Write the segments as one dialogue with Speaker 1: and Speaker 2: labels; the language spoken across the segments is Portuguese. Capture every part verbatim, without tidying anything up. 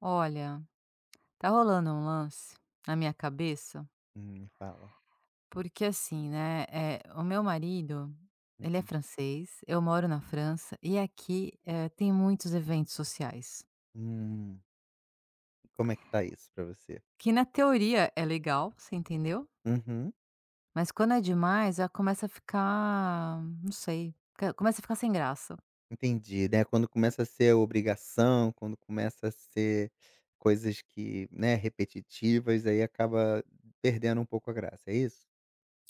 Speaker 1: Olha, tá rolando um lance na minha cabeça,
Speaker 2: Hum, me fala.
Speaker 1: porque assim, né, eh, o meu marido, ele é
Speaker 2: Uhum.
Speaker 1: francês, eu moro na França e aqui, eh, tem muitos eventos sociais,
Speaker 2: Hum, como é que tá isso pra você?
Speaker 1: que na teoria é legal, você entendeu?
Speaker 2: Uhum,
Speaker 1: Mas quando é demais, já começa a ficar, não sei, fica- começa a ficar sem graça.
Speaker 2: entendi, né, quando começa a ser obrigação, quando começa a ser coisas que, né, repetitivas, aí acaba perdendo um pouco a graça, é isso?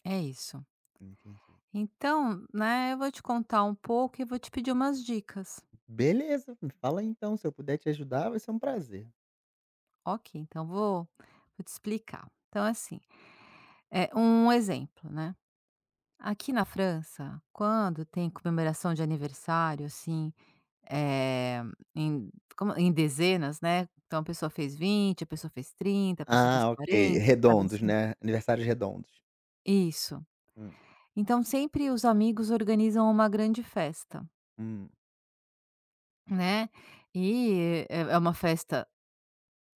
Speaker 1: É isso.
Speaker 2: Entendi.
Speaker 1: Então, né, eu vou te contar um pouco e vou te pedir umas dicas.
Speaker 2: Beleza, me fala aí então, se eu puder te ajudar, vai ser um prazer.
Speaker 1: Ok, então vou, vou te explicar. Então, assim, é um exemplo, né? Aqui na França, quando tem comemoração de aniversário, assim, eh, em como em dezenas, né, então a pessoa fez vinte, a pessoa fez trinta, a pessoa fez
Speaker 2: Ah, ok,
Speaker 1: quarenta, sabe
Speaker 2: redondos,
Speaker 1: assim?
Speaker 2: né, aniversários redondos.
Speaker 1: Isso.
Speaker 2: Hum,
Speaker 1: Então sempre os amigos organizam uma grande festa,
Speaker 2: hum.
Speaker 1: né, e é é uma festa,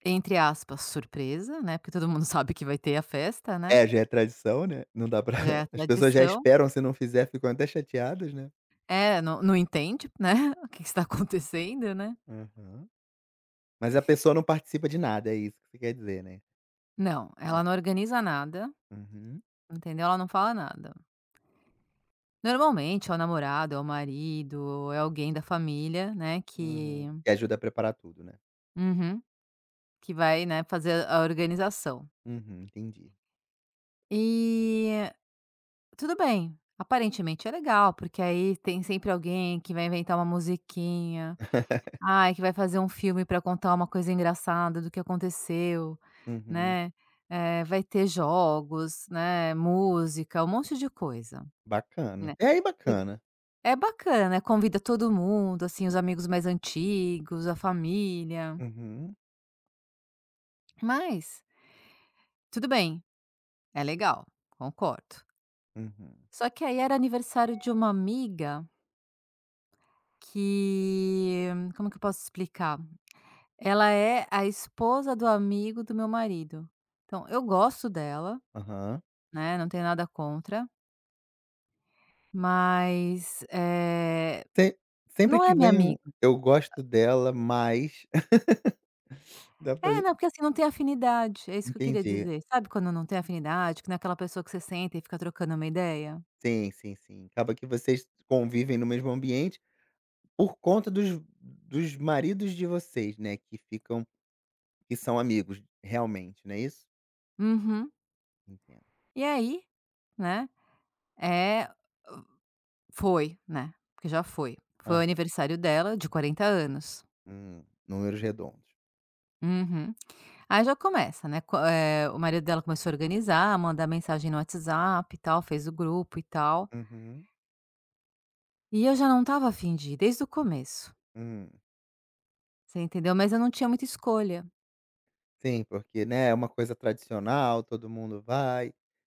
Speaker 1: entre aspas, "surpresa", né, porque todo mundo sabe que vai ter a festa, né,
Speaker 2: É, já é tradição, né, não dá pra
Speaker 1: já é a
Speaker 2: as pessoas já
Speaker 1: tradição.
Speaker 2: esperam, se não fizer, ficam até chateadas, né.
Speaker 1: É, não não entende, né, o que que está acontecendo, né.
Speaker 2: Aham. Mas a pessoa não participa de nada, é isso que você quer dizer, né?
Speaker 1: Não,
Speaker 2: É.
Speaker 1: ela não organiza nada.
Speaker 2: Uhum.
Speaker 1: Entendeu? Ela não fala nada. Normalmente é o namorado, é o marido, é alguém da família, né, que
Speaker 2: Uhum. Que ajuda a preparar tudo, né?
Speaker 1: Uhum. Que vai, né, fazer a organização.
Speaker 2: Uhum, entendi.
Speaker 1: E tudo bem, aparentemente é legal, porque aí tem sempre alguém que vai inventar uma musiquinha, ai, que vai fazer um filme para contar uma coisa engraçada do que aconteceu,
Speaker 2: Uhum,
Speaker 1: né, eh, vai ter jogos, né, música, um monte de coisa,
Speaker 2: bacana.
Speaker 1: né.
Speaker 2: É aí bacana.
Speaker 1: É bacana, convida todo mundo, assim, os amigos mais antigos, a família.
Speaker 2: Uhum,
Speaker 1: Mas, tudo bem, é legal, concordo.
Speaker 2: uhum,
Speaker 1: Só que aí era aniversário de uma amiga que, como que eu posso explicar? Ela é a esposa do amigo do meu marido. Então, eu gosto dela,
Speaker 2: aham.
Speaker 1: né? Não tenho nada contra, mas eh,
Speaker 2: Se sempre
Speaker 1: não é
Speaker 2: que
Speaker 1: minha
Speaker 2: vem um
Speaker 1: amiga.
Speaker 2: eu gosto dela, mas dá pra
Speaker 1: É, não, porque assim, não tem afinidade, é isso que eu queria
Speaker 2: entendi.
Speaker 1: dizer. Sabe quando não tem afinidade, que não é aquela pessoa que você senta e fica trocando uma ideia?
Speaker 2: Sim, sim, sim. Acaba que vocês convivem no mesmo ambiente por conta dos dos maridos de vocês, né, que ficam que são amigos realmente, não é isso?
Speaker 1: Uhum.
Speaker 2: Entendo.
Speaker 1: E aí, né, É, foi, né, porque já foi. Foi o aniversário dela de quarenta anos.
Speaker 2: Hum, números redondos.
Speaker 1: Uhum. Aí já começa, né, co eh, o marido dela começou a organizar, a mandar mensagem no WhatsApp e tal, fez o grupo e tal,
Speaker 2: Uhum,
Speaker 1: e eu já não estava afim de ir desde o começo,
Speaker 2: hum.
Speaker 1: você entendeu? Mas eu não tinha muita escolha.
Speaker 2: Sim, porque, né, é uma coisa tradicional, todo mundo vai,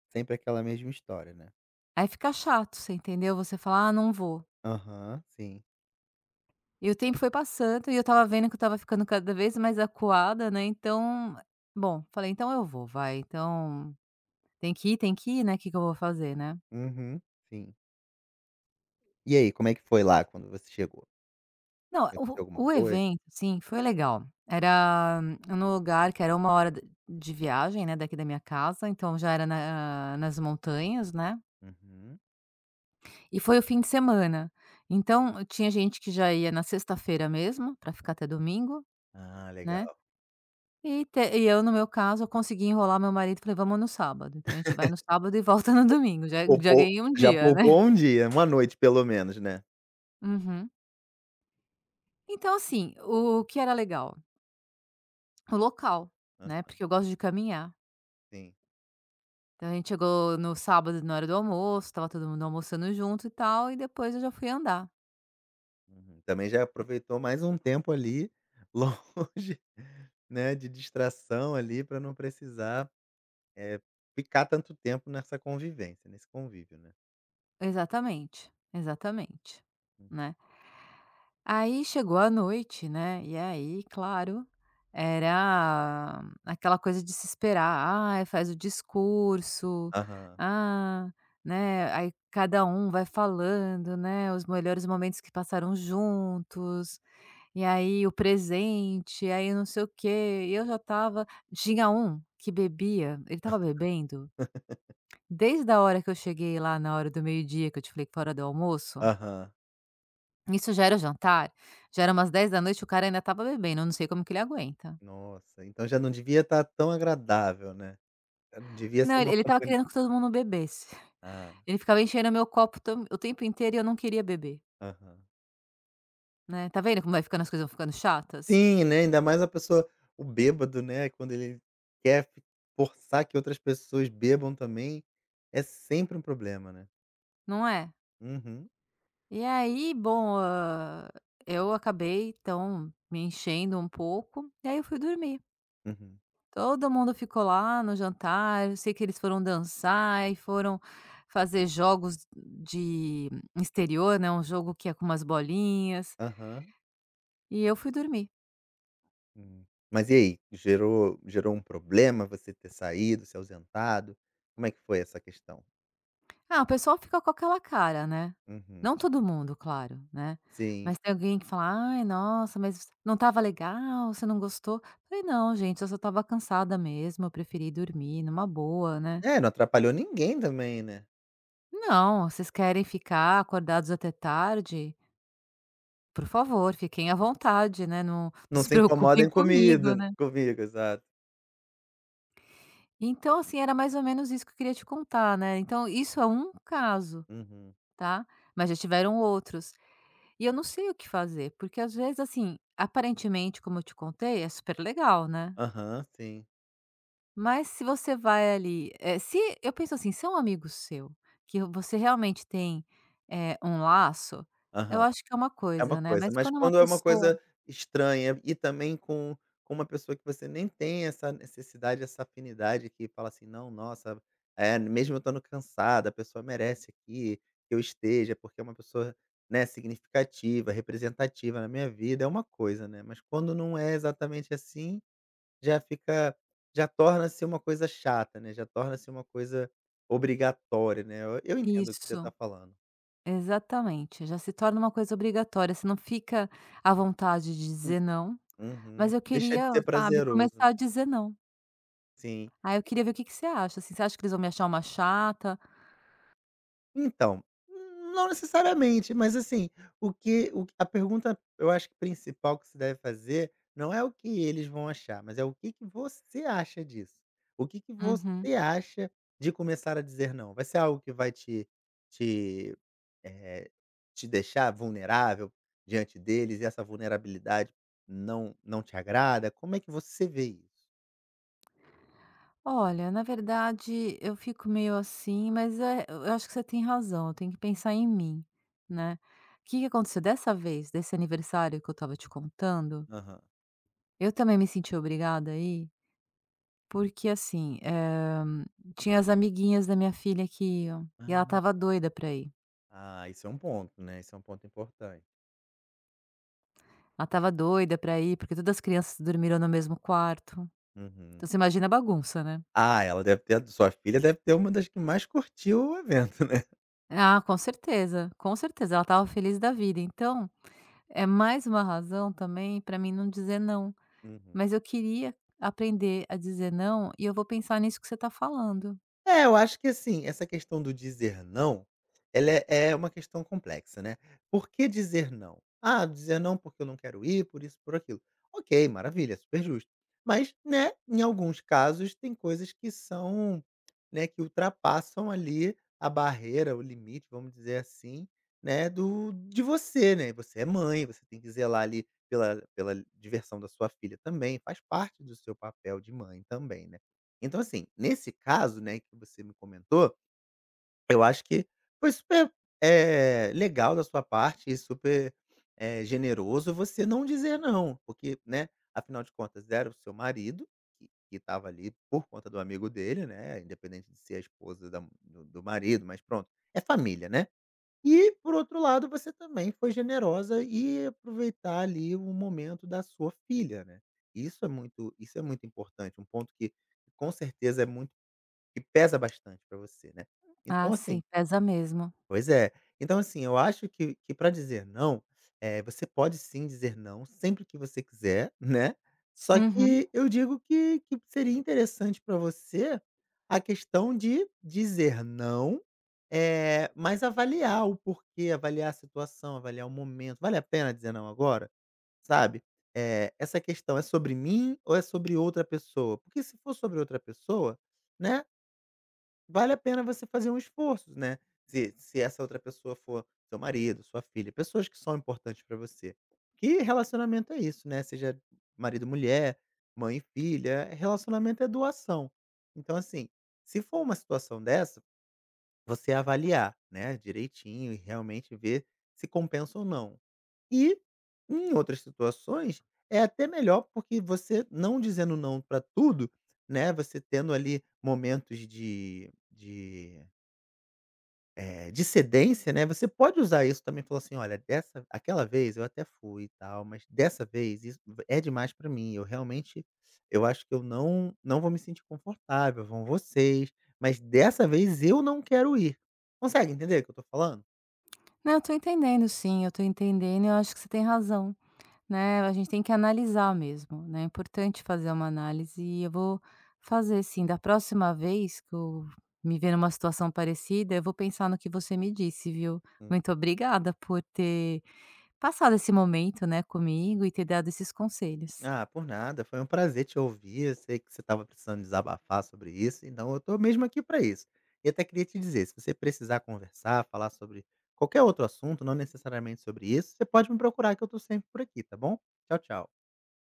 Speaker 2: sempre aquela mesma história, né.
Speaker 1: Aí fica chato, você entendeu? Você fala: "Ah, não vou".
Speaker 2: Aham, sim.
Speaker 1: E o tempo foi passando e eu estava vendo que eu estava ficando cada vez mais acuada, né, então, bom, falei: "Então eu vou, vai, então tem que ir, tem que ir, né, o que que eu vou fazer, né".
Speaker 2: Uhum, sim. E aí, como é que foi lá quando você chegou?
Speaker 1: Não, o
Speaker 2: Aconteceu alguma
Speaker 1: o
Speaker 2: coisa?
Speaker 1: evento, sim, foi legal. Era hum, num lugar que era uma hora d de viagem, né, daqui da minha casa, então já era na nas montanhas, né,
Speaker 2: Uhum.
Speaker 1: e foi o fim de semana. Então tinha gente que já ia na sexta-feira mesmo, pra ficar até domingo,
Speaker 2: Ah,
Speaker 1: né,
Speaker 2: legal.
Speaker 1: E te e eu, no meu caso, eu consegui enrolar meu marido, falei: "Vamos no sábado". Então a gente vai no sábado e volta no
Speaker 2: Po
Speaker 1: domingo, já já
Speaker 2: poupou
Speaker 1: ganhei um
Speaker 2: já
Speaker 1: dia, né.
Speaker 2: poupou um dia, uma noite pelo menos, né.
Speaker 1: Uhum. Então assim, o que era legal? O local, né,
Speaker 2: Aham,
Speaker 1: porque eu gosto de caminhar.
Speaker 2: sim.
Speaker 1: Então a gente chegou no sábado na hora do almoço, estava todo mundo almoçando junto e tal, e depois eu já fui andar.
Speaker 2: Uhum. Também já aproveitou mais um tempo ali longe, né, de distração ali para não precisar é ficar tanto tempo nessa convivência, nesse convívio, né.
Speaker 1: Exatamente, exatamente,
Speaker 2: Uhum.
Speaker 1: né. Aí chegou a noite, né, e aí, claro, era aquela coisa de se esperar. Ah, faz o discurso,
Speaker 2: Aham.
Speaker 1: ah, né, aí cada um vai falando, né, os melhores momentos que passaram juntos, e aí o presente, aí não sei o quê. E eu já estava tinha um que bebia, ele estava bebendo desde a hora que eu cheguei lá na hora do meio-dia, que eu te falei que foi a hora do almoço
Speaker 2: Aham.
Speaker 1: isso já era o jantar, já era umas dez da noite. O cara ainda estava bebendo, eu não sei como que ele aguenta.
Speaker 2: Nossa, então já não devia estar tão agradável, né. É não. Devia
Speaker 1: Não,
Speaker 2: ser uma
Speaker 1: ele estava
Speaker 2: companhia.
Speaker 1: querendo que todo mundo bebesse.
Speaker 2: Ah,
Speaker 1: Ele ficava enchendo o meu copo tam o tempo inteiro e eu não queria beber,
Speaker 2: aham.
Speaker 1: né. Tá vendo como vai ficando as coisas vão ficando chatas?
Speaker 2: Sim, né, ainda mais a pessoa o bêbado, né, quando ele quer fi forçar que outras pessoas bebam também, é sempre um problema, né.
Speaker 1: Não é?
Speaker 2: Uhum,
Speaker 1: E aí, bom, hã, eu acabei então me enchendo um pouco, e aí eu fui dormir.
Speaker 2: uhum.
Speaker 1: Todo mundo ficou lá no jantar, eu sei que eles foram dançar e foram fazer jogos de exterior, né, um jogo que é com umas bolinhas,
Speaker 2: Aham.
Speaker 1: e eu fui dormir.
Speaker 2: Hum. Mas e aí, gerou gerou um problema você ter saído, se ausentado? Como é que foi essa questão?
Speaker 1: Ah, o pessoal fica com aquela cara, né.
Speaker 2: Uhum.
Speaker 1: Não todo mundo, claro, né.
Speaker 2: Sim.
Speaker 1: Mas tem alguém que fala: "Ai, nossa, mas não estava legal? Você não gostou?" Eu Falei: "Não, gente, eu só estava cansada mesmo, eu preferi dormir numa boa, né".
Speaker 2: É, não atrapalhou ninguém também, né.
Speaker 1: "Não, vocês querem ficar acordados até tarde? Por favor, fiquem à vontade, né, não não
Speaker 2: Não
Speaker 1: se
Speaker 2: se
Speaker 1: preocupem
Speaker 2: incomodem
Speaker 1: comigo,
Speaker 2: comido
Speaker 1: né".
Speaker 2: comigo, exato.
Speaker 1: Então, assim, era mais ou menos isso que eu queria te contar, né. Então isso é um caso,
Speaker 2: Uhum.
Speaker 1: tá. Mas já tiveram outros. E eu não sei o que fazer, porque às vezes, assim, aparentemente, como eu te contei, é super legal, né.
Speaker 2: Aham, sim.
Speaker 1: Mas se você vai ali, eh, se eu penso assim, se é um amigo seu, que você realmente tem, eh, um laço, eu
Speaker 2: Aham.
Speaker 1: acho que é uma
Speaker 2: É uma
Speaker 1: coisa, né.
Speaker 2: coisa,
Speaker 1: Mas
Speaker 2: mas
Speaker 1: quando é uma
Speaker 2: quando é uma
Speaker 1: pessoa
Speaker 2: coisa estranha e também com com uma pessoa que você nem tem essa necessidade, essa afinidade que fala assim: "Não, nossa, eh, mesmo eu estando cansada, a pessoa merece aqui que eu esteja, porque é uma pessoa, né, significativa, representativa na minha vida", é uma coisa, né, mas quando não é exatamente assim já fica já torna-se uma coisa chata, né, já torna-se uma coisa obrigatória, né. Eu eu entendo o que você está
Speaker 1: isso,
Speaker 2: falando.
Speaker 1: exatamente, já se torna uma coisa obrigatória, você não fica à vontade de
Speaker 2: Hum.
Speaker 1: dizer não,
Speaker 2: Uhum.
Speaker 1: mas eu
Speaker 2: Deixa de
Speaker 1: queria,
Speaker 2: ser
Speaker 1: sabe,
Speaker 2: prazeroso.
Speaker 1: começar a dizer não.
Speaker 2: Sim.
Speaker 1: Aí eu queria ver o que que você acha, assim, você acha que eles vão me achar uma chata?
Speaker 2: Então, hum, não necessariamente, mas assim, o que o a pergunta, eu acho que principal que se deve fazer, não é o que eles vão achar, mas é o que que você acha disso. O que que você
Speaker 1: Uhum.
Speaker 2: acha de começar a dizer não? Vai ser algo que vai te te Eh, te deixar vulnerável diante deles e essa vulnerabilidade não não te agrada? Como é que você vê isso?
Speaker 1: Olha, na verdade, eu fico meio assim, mas é, eu acho que você tem razão, eu tenho que pensar em mim, né? O que que aconteceu dessa vez, desse aniversário que eu tava te contando?
Speaker 2: Aham.
Speaker 1: Eu também me senti obrigada aí, porque assim, eh, tinha as amiguinhas da minha filha que iam, e ela
Speaker 2: Ah,
Speaker 1: tava doida pra ir.
Speaker 2: ah, isso é um ponto, né, isso é um ponto importante.
Speaker 1: Ela tava doida pra ir, porque todas as crianças dormiram no mesmo quarto.
Speaker 2: Uhum.
Speaker 1: Então você imagina a bagunça, né?
Speaker 2: Ah, ela deve ter sua filha deve ter uma das que mais curtiu o evento, né?
Speaker 1: Ah, com certeza, com certeza, ela tava feliz da vida. Então, é mais uma razão também para mim não dizer não,
Speaker 2: Uhum.
Speaker 1: mas eu queria aprender a dizer não e eu vou pensar nisso que você está falando.
Speaker 2: É, eu acho que assim, essa questão do dizer não, ela é é uma questão complexa, né. Por que dizer não? "Ah, dizer não porque eu não quero ir, por isso, por aquilo". Ok, maravilha, é super justo. Mas, né, em alguns casos tem coisas que são, né, que ultrapassam ali a barreira, o limite, vamos dizer assim, né, do de você, né. Você é mãe, você tem que zelar ali pela pela diversão da sua filha também, faz parte do seu papel de mãe também, né. Então, assim, nesse caso, né, que você me comentou, eu acho que foi super, eh, legal da sua parte e super, eh, generoso você não dizer não, porque, né, afinal de contas era o seu marido que estava ali por conta do amigo dele, né, independente de ser a esposa da do do marido, mas pronto, é família, né. E por outro lado, você também foi generosa e aproveitar ali o momento da sua filha, né. Isso é muito isso é muito importante, um ponto que com certeza é muito que pesa bastante pra você, né.
Speaker 1: Ah,
Speaker 2: Então assim
Speaker 1: sim, pesa mesmo.
Speaker 2: pois é. Então assim, eu acho que que para dizer não, eh, você pode sim dizer não, sempre que você quiser, né. Só
Speaker 1: Uhum.
Speaker 2: que eu digo que que seria interessante para você a questão de dizer não, eh, mas avaliar o porquê, avaliar a situação, avaliar o momento. Vale a pena dizer não agora? Sabe. Eh, essa questão é sobre mim ou é sobre outra pessoa? Porque se for sobre outra pessoa, né vale a pena você fazer um esforço, né. Se se essa outra pessoa for seu marido, sua filha, pessoas que são importantes pra você. Que relacionamento é isso, né, seja marido e mulher, mãe e filha, relacionamento é doação. Então assim, se for uma situação dessa, você avaliar, né, direitinho e realmente ver se compensa ou não. E, em outras situações, é até melhor, porque você não dizendo não pra tudo, né, você tendo ali momentos de de eh, dissidência, né, você pode usar isso também, falar assim: "Olha, dessa aquela vez eu até fui e tal, mas dessa vez isso é demais pra mim, eu realmente eu acho que eu não não vou me sentir confortável, vão vocês, mas dessa vez eu não quero ir". Consegue entender o que eu tô falando?
Speaker 1: Não, eu tô entendendo sim, eu tô entendendo e eu acho que você tem razão, né, a gente tem que analisar mesmo, né, é importante fazer uma análise e eu vou fazer sim. Da próxima vez que eu me ver numa situação parecida, eu vou pensar no que você me disse, viu.
Speaker 2: Hum.
Speaker 1: Muito obrigada por ter passado esse momento, né, comigo e ter dado esses conselhos.
Speaker 2: Ah, por nada, foi um prazer te ouvir. Eu sei que você estava precisando desabafar sobre isso, então eu tô mesmo aqui para isso. E até queria te dizer, se você precisar conversar, falar sobre qualquer outro assunto, não necessariamente sobre isso, você pode me procurar que eu tô sempre por aqui, tá bom? Tchau, tchau.